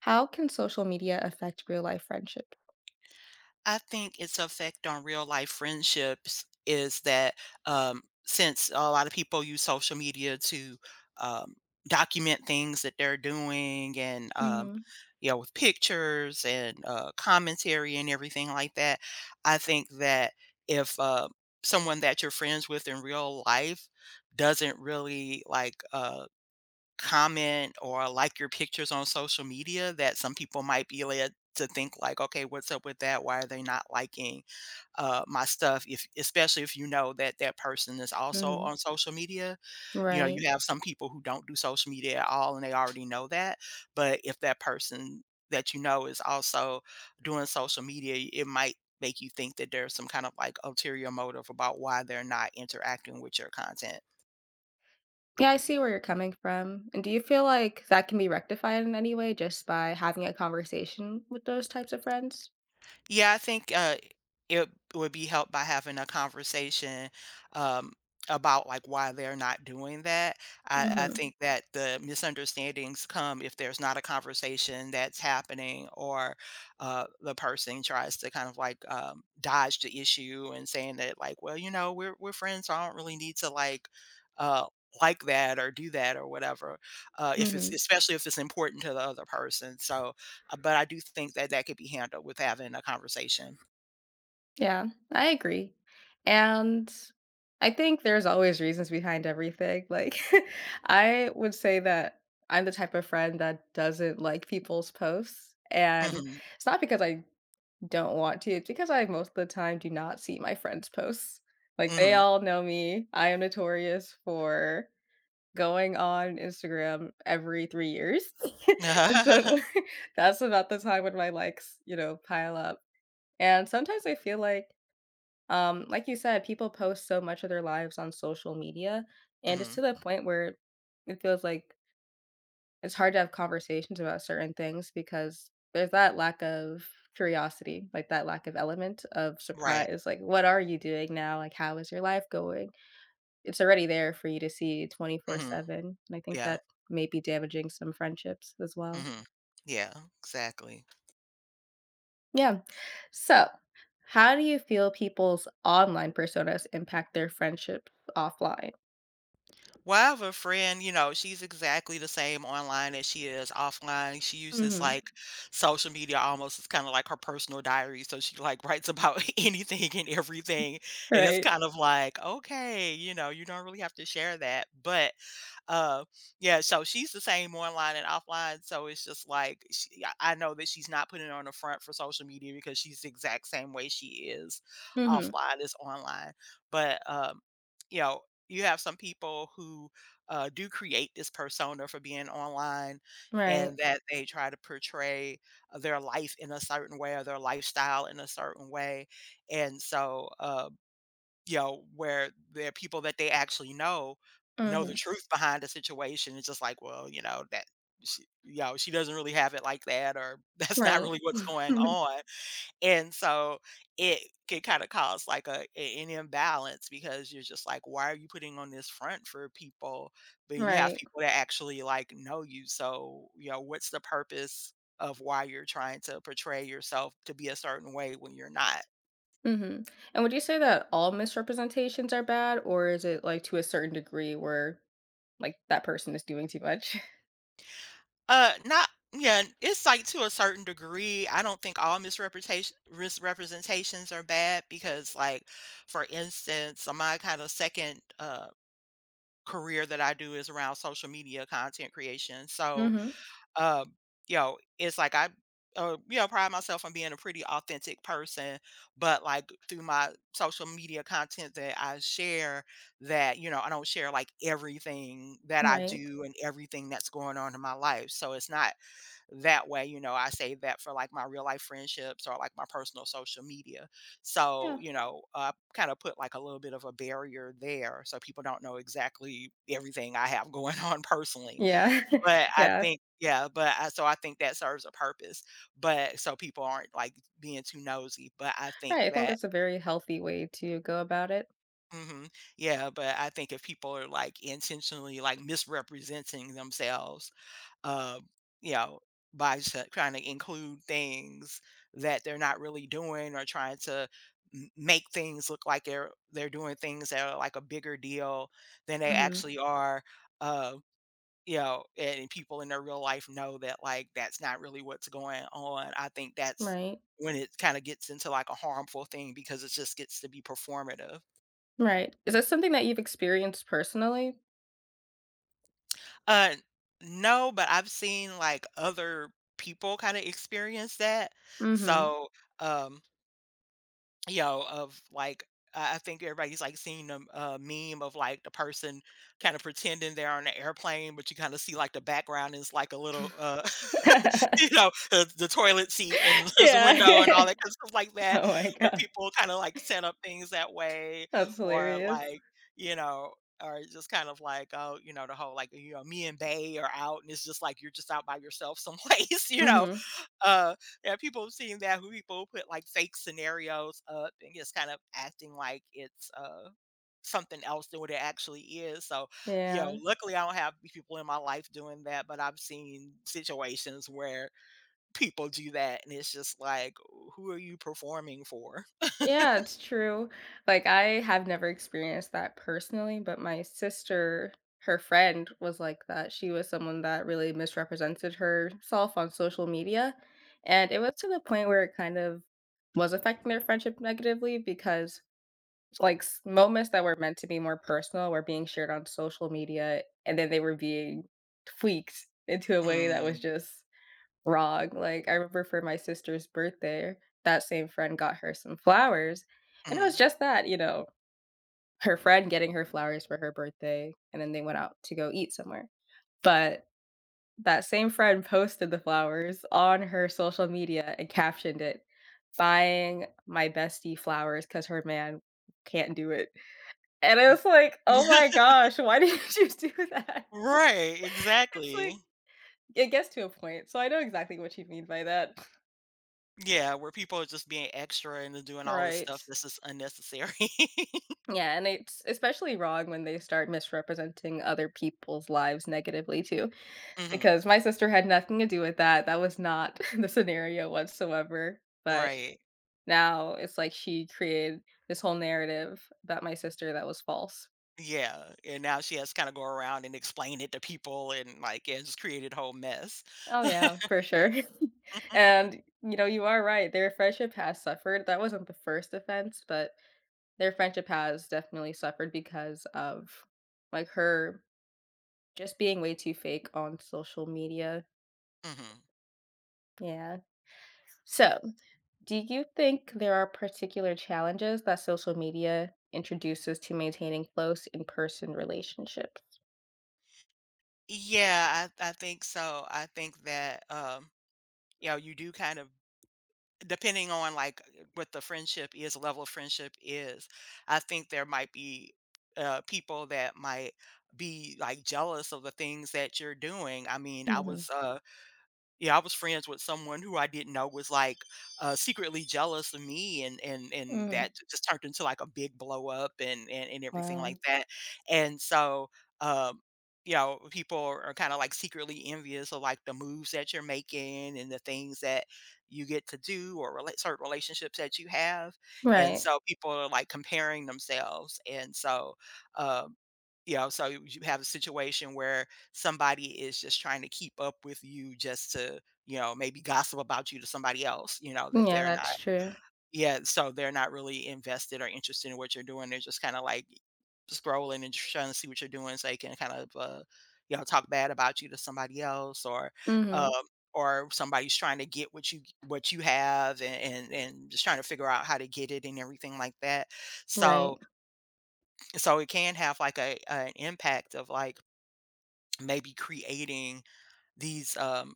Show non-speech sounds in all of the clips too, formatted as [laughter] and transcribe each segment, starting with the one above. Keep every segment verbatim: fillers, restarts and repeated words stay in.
How can social media affect real life friendship? I think its effect on real life friendships is that, um, since a lot of people use social media to, um, document things that they're doing and, um, Mhm, you know, with pictures and, uh, commentary and everything like that, I think that if, uh, someone that you're friends with in real life doesn't really, like, uh comment or like your pictures on social media, that some people might be led to think like, okay, what's up with that? Why are they not liking uh, my stuff? If especially if you know that that person is also mhm. on social media. You know, Right. you have some people who don't do social media at all, and they already know that. But if that person that you know is also doing social media, it might make you think that there's some kind of like ulterior motive about why they're not interacting with your content. Yeah, I see where you're coming from. And do you feel like that can be rectified in any way just by having a conversation with those types of friends? Yeah, I think uh, it would be helped by having a conversation, um, about like why they're not doing that. I, I Mhm, think that the misunderstandings come if there's not a conversation that's happening, or uh, the person tries to kind of like um, dodge the issue and saying that like, well, you know, we're we're friends, so I don't really need to like. Uh, like that or do that or whatever, uh if it's, mhm. especially if it's important to the other person, so uh, but I do think that that could be handled with having a conversation. Yeah, I agree. And I think there's always reasons behind everything. Like, [laughs] I would say that I'm the type of friend that doesn't like people's posts. And Mhm, it's not because I don't want to. It's because I most of the time do not see my friends' posts. Like, [laughs] they mhm. all know me. I am notorious for going on Instagram every three years. [laughs] And so Mhm. [laughs] that's about the time when my likes, you know, pile up. And sometimes I feel like, um, like you said, people post so much of their lives on social media, and it's to the [laughs] point where it feels like it's hard to have conversations about certain things because there's that lack of curiosity, like that lack of element of Right. surprise. Like, what are you doing now? Like, how is your life going? It's already there for you to see Mhm. twenty-four seven. And I think Yeah. that may be damaging some friendships as well. Mhm. Yeah, exactly. Yeah. So, how do you feel people's online personas impact their friendships offline? Well, I have a friend, you know, she's exactly the same online as she is offline. She uses, Mhm. like, social media almost as kinda like her personal diary, so she, like, writes about [laughs] anything and everything, and it's Right. kind of like, "Okay, you know, you don't really have to share that," but Uh, yeah, so she's the same online and offline. So it's just like she, I I know that she's not putting on the front for social media because she's the exact same way she is Mhm. offline as online. But um, you know, you have some people who uh, do create this persona for being online, Right. and that they try to portray their life in a certain way or their lifestyle in a certain way. And so, um, you know, where there are people that they actually know know the Mhm. truth behind the situation. It's just like, well, you know, that she, you know, she doesn't really have it like that, or [laughs] that's not Right. really what's going [laughs] on. And so it can kind of cause like a a- an imbalance because you're just like, why are you putting on this front for people? But you have Right. people that actually like know you. So, you know, what's the purpose of why you're trying to portray yourself to be a certain way when you're not? Mhm. And would you say that all misrepresentations are bad, or is it, like, to a certain degree where, like, that person is doing too much? [laughs] Uh, not yeah, it's like to a certain degree. I don't think all misrepresentation misrepresentations are bad because, like, for instance, my kind of second uh career that I do is around social media content creation. So, Mhm. um, you know, it's like I. Uh, you know, pride myself on being a pretty authentic person, but like through my social media content that I share, that you know, I don't share like everything that I Right. do and everything that's going on in my life. So it's not that way, you know, I save that for like my real life friendships or like my personal social media. So, Yeah. you know, uh, kind of put like a little bit of a barrier there so people don't know exactly everything I have going [laughs] on personally. Yeah. But [laughs] I Yeah. think, yeah, but I, so I think that serves a purpose. But so people aren't like being too nosy. But I think Right, I think that. that's a very healthy way to go about it. Mhm, yeah, but I think if people are like intentionally like misrepresenting themselves, uh, you know, by s- trying to include things that they're not really doing or trying to m- make things look like they're they're doing things that are like a bigger deal than they Mhm. actually are. Uh, you know, and people in their real life know that like that's not really what's going on. I think that's Right. when it kind of gets into like a harmful thing because it just gets to be performative. Right. Is this something that you've experienced personally? Uh, no, but I've seen, like, other people kinda experience that. Mhm. So, um, you know, of like I I think everybody's like seen a, a meme of like the person kind of pretending they're on an airplane, but you kind of see like the background is like a little, uh, [laughs] you [laughs] know, the, the toilet seat and [laughs] there's a window and Yeah. all [laughs] that kind of stuff like that, Oh my where god. people kind of like set up things that way, That's or hilarious. like, you know, or just kind of like, oh, you know, the whole like, you know, me and Bay are out and it's just like you're just out by yourself someplace, [laughs] you know, Mhm. uh, there are people who've seen that, who people put like fake scenarios up and just kind of acting like it's uh something else than what it actually is. So, you know, Yeah. luckily I don't have people in my life doing that, but I've seen situations where people do that and it's just like, who are you performing for? Yeah, it's true. Like, I have never experienced that personally, but my sister, her friend was like that. She was someone that really misrepresented herself on social media, and it was to the point where it kind of was affecting their friendship negatively because like s- moments that were meant to be more personal were being shared on social media and then they were being tweaked into a way that was Mm, just wrong. Like, I remember for my sister's birthday, that same friend got her some flowers, and it was mhm. just that, you know, her friend getting her flowers for her birthday, and then they went out to go eat somewhere. But that same friend posted the flowers on her social media and captioned it, "Buying my bestie flowers because her man can't do it." And I was like, "Oh my [laughs] gosh, why did [laughs] you do that?" Right, [laughs] It's exactly. like it gets to a point, so I know exactly what you mean by that. [laughs] Yeah, where people are just being extra and they're doing all this Right. stuff that's just unnecessary. Yeah, and it's especially wrong when they start misrepresenting other people's lives negatively too, [laughs] hmm. because my sister had nothing to do with that. That was not [laughs] the scenario whatsoever. But Right. now it's like she created this whole narrative about my sister that was false. Yeah, and now she has to kinda go around and explain it to people and, like, yeah, just created a whole mess. Oh yeah, for sure. [laughs] And you know, you are right. Their friendship has suffered. That wasn't the first offense, but their friendship has definitely suffered because of like her just being way too fake on social media. Mhm. Yeah. So, do you think there are particular challenges that social media introduces to maintaining close in person relationships? Yeah, I I think so. I think that, um, you know, you do kind of depending on, like, uh, what the friendship is, the level of friendship is, I think there might be, uh, people that might be, like, jealous of the things that you're doing. I mean, I Hmm. was, uh Yeah, I was friends with someone who I didn't know was, like, uh, secretly jealous of me, and and and Hmm. that j just turned into, like, a big blow up and and and everything like Wow. that, and so, um, you know, people are kinda, like, secretly envious of, like, the moves that you're making and the things that you get to do or rela certain relationships that you have, and Right. so people are, like, comparing themselves, and so, um, you know, so you have a situation where somebody is just trying to keep up with you just to, you know, maybe gossip about you to somebody else, you know, that Yeah, they're not, that's true. yeah, so they're not really invested or interested in what you're doing. They're just kind of like scrolling and trying to see what you're doing so they can kind of uh, you know, talk bad about you to somebody else or um Hmm. or somebody's trying to get what you what you have, and, and and just trying to figure out how to get it and everything like that. Right. So so it can have like a an impact of like maybe creating these um,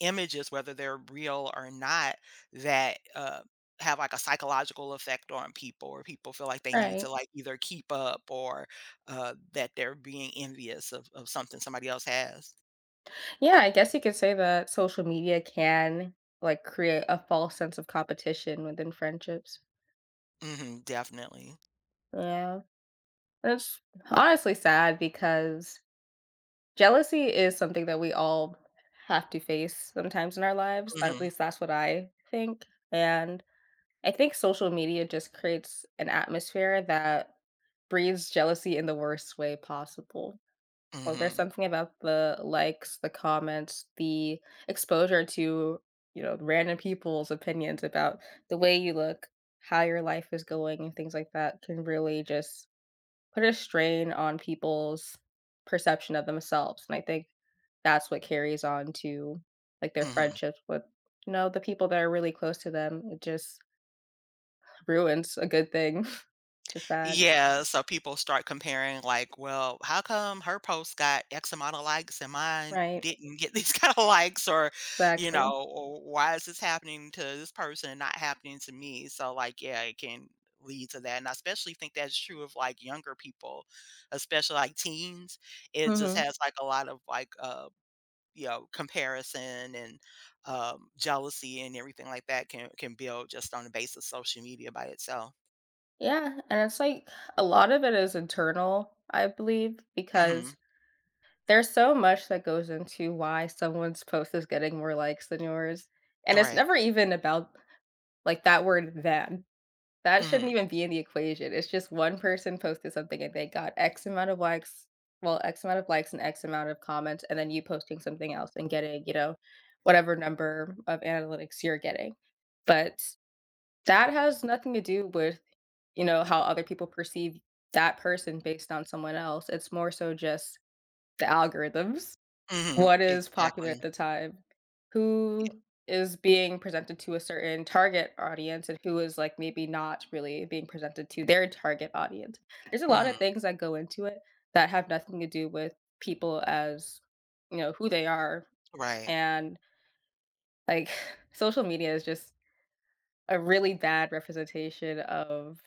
images, whether they're real or not, that uh, have like a psychological effect on people, or people feel like they need to Right. like either keep up or uh, that they're being envious of, of something somebody else has. Yeah, I guess you could say that social media can like create a false sense of competition within friendships. Hmm, definitely. Yeah. That's honestly sad because jealousy is something that we all have to face sometimes in our lives. At Hmm. least that's what I think. And I think social media just creates an atmosphere that breeds jealousy in the worst way possible. Well, there's Hmm. something about the likes, the comments, the exposure to, you know, random people's opinions about the way you look, how your life is going, and things like that can really just put a strain on people's perception of themselves. And I think that's what carries on to, like, their Hmm. friendships with, you know, the people that are really close to them. It just ruins a good thing. [laughs] Just sad. Yeah, so people start comparing like, "Well, how come her post got X amount of likes and mine Right. didn't get these [laughs] kind of likes?" Or, you Exactly. know, or "Why is this happening to this person and not happening to me?" So like, yeah, it can lead to that. And I especially think that's true of like younger people, especially like teens. It just Mhm. has like a lot of like uh, you know, comparison and um jealousy and everything like that can can build just on the base of social media by itself. Yeah, and it's like a lot of it is internal, I believe, because Mhm. there's so much that goes into why someone's post is getting more likes than yours, and it's Right. never even about, like, that word "than." That shouldn't Mhm. even be in the equation. It's just one person posted something and they got X amount of likes, well, X amount of likes and X amount of comments, and then you posting something else and getting, you know, whatever number of analytics you're getting. But that has nothing to do with, you know, how other people perceive that person based on someone else. It's more so just the algorithms. Mhm, What is popular at exactly. the time? Who Yeah, is being presented to a certain target audience, and who is, like, maybe not really being presented to their target audience? There's a lot of mhm, things that go into it that have nothing to do with people as, you know, who they are, right, and, like, [laughs] [sighs] social media is just a really bad representation of,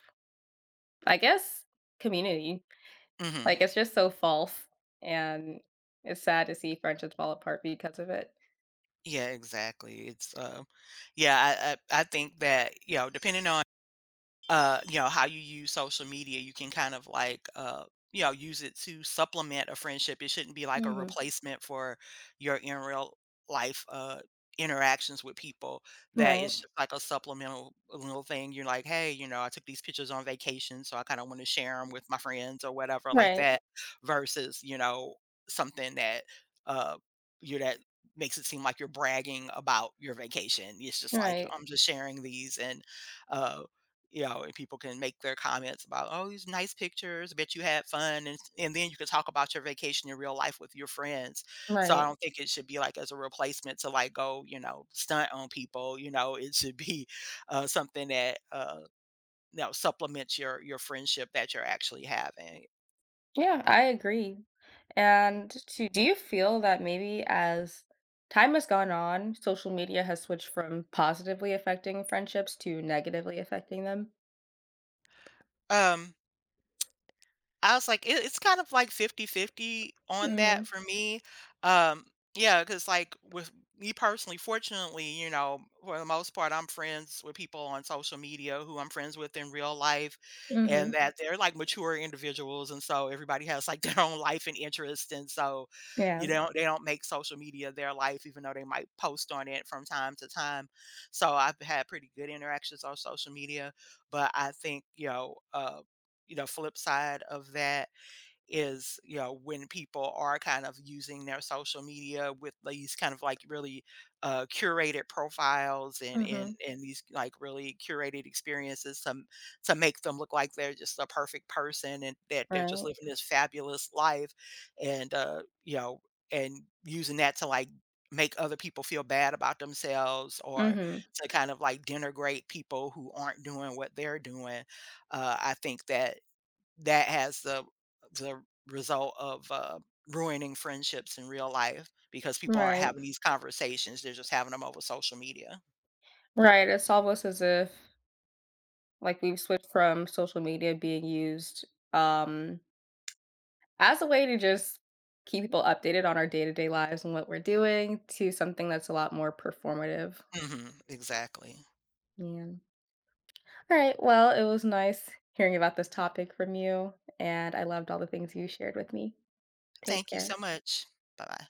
I guess, community. mhm. Like, it's just so false, and it's sad to see friendships fall apart because of it. Yeah, exactly, it's, um yeah, I I I think that, you know, depending on uh you know how you use social media, you can kind of like uh you know use it to supplement a friendship. It shouldn't be like a Mhm. replacement for your in real life uh interactions with people. That is Right? just like a supplemental little thing. You're like, hey, you know, I took these pictures on vacation so I kind of want to share them with my friends or whatever like Right, that, versus you know something that uh you that makes it seem like you're bragging about your vacation. It's just like right, I'm just sharing these, and uh you know, and people can make their comments about, oh, these nice pictures. Bet you had fun, and and then you can talk about your vacation in real life with your friends. So I right. don't think it should be like as a replacement to like go, you know, stunt on people. You know, it should be uh, something that uh, you know supplements your your friendship that you're actually having. Yeah, I agree. And to do you feel that maybe as time has gone on, social media has switched from positively affecting friendships to negatively affecting them? Um, I was like, "It it's kind of like fifty-fifty on Mhm. that for me." Um, yeah, because like, with me personally, fortunately, you know, for the most part, I'm friends with people on social media who I'm friends with in real life, and Mhm. Mhm. that they're, like, mature individuals, and so everybody has, like, [laughs] their own life and interest, and so, you Yeah. know, they don't make social media their life even though they might post on it from time to time. So I've had pretty good interactions on social media, but I think, you know, uh you know, flip side of that is, you know, when people are kind of using their social media with these kind of like really uh, curated profiles and and Mhm. and these like really curated experiences to to make them look like they're just a perfect person and that they're just Right. living this fabulous life, and uh, you know, and using that to like make other people feel bad about themselves or Mhm. to kind of like denigrate people who aren't doing what they're doing, uh, I think that that has the the result of, uh, ruining friendships in real life because people aren't Right. having these conversations, they're just having them over social media. Right. It's almost as if like we've switched from social media being used um as a way to just keep people updated on our day-to-day lives and what we're doing to something that's a lot more performative. Mhm, exactly. Yeah. All right. Well, it was nice hearing about this topic from you, and I loved all the things you shared with me. Take Thank you so care. much. Bye-bye.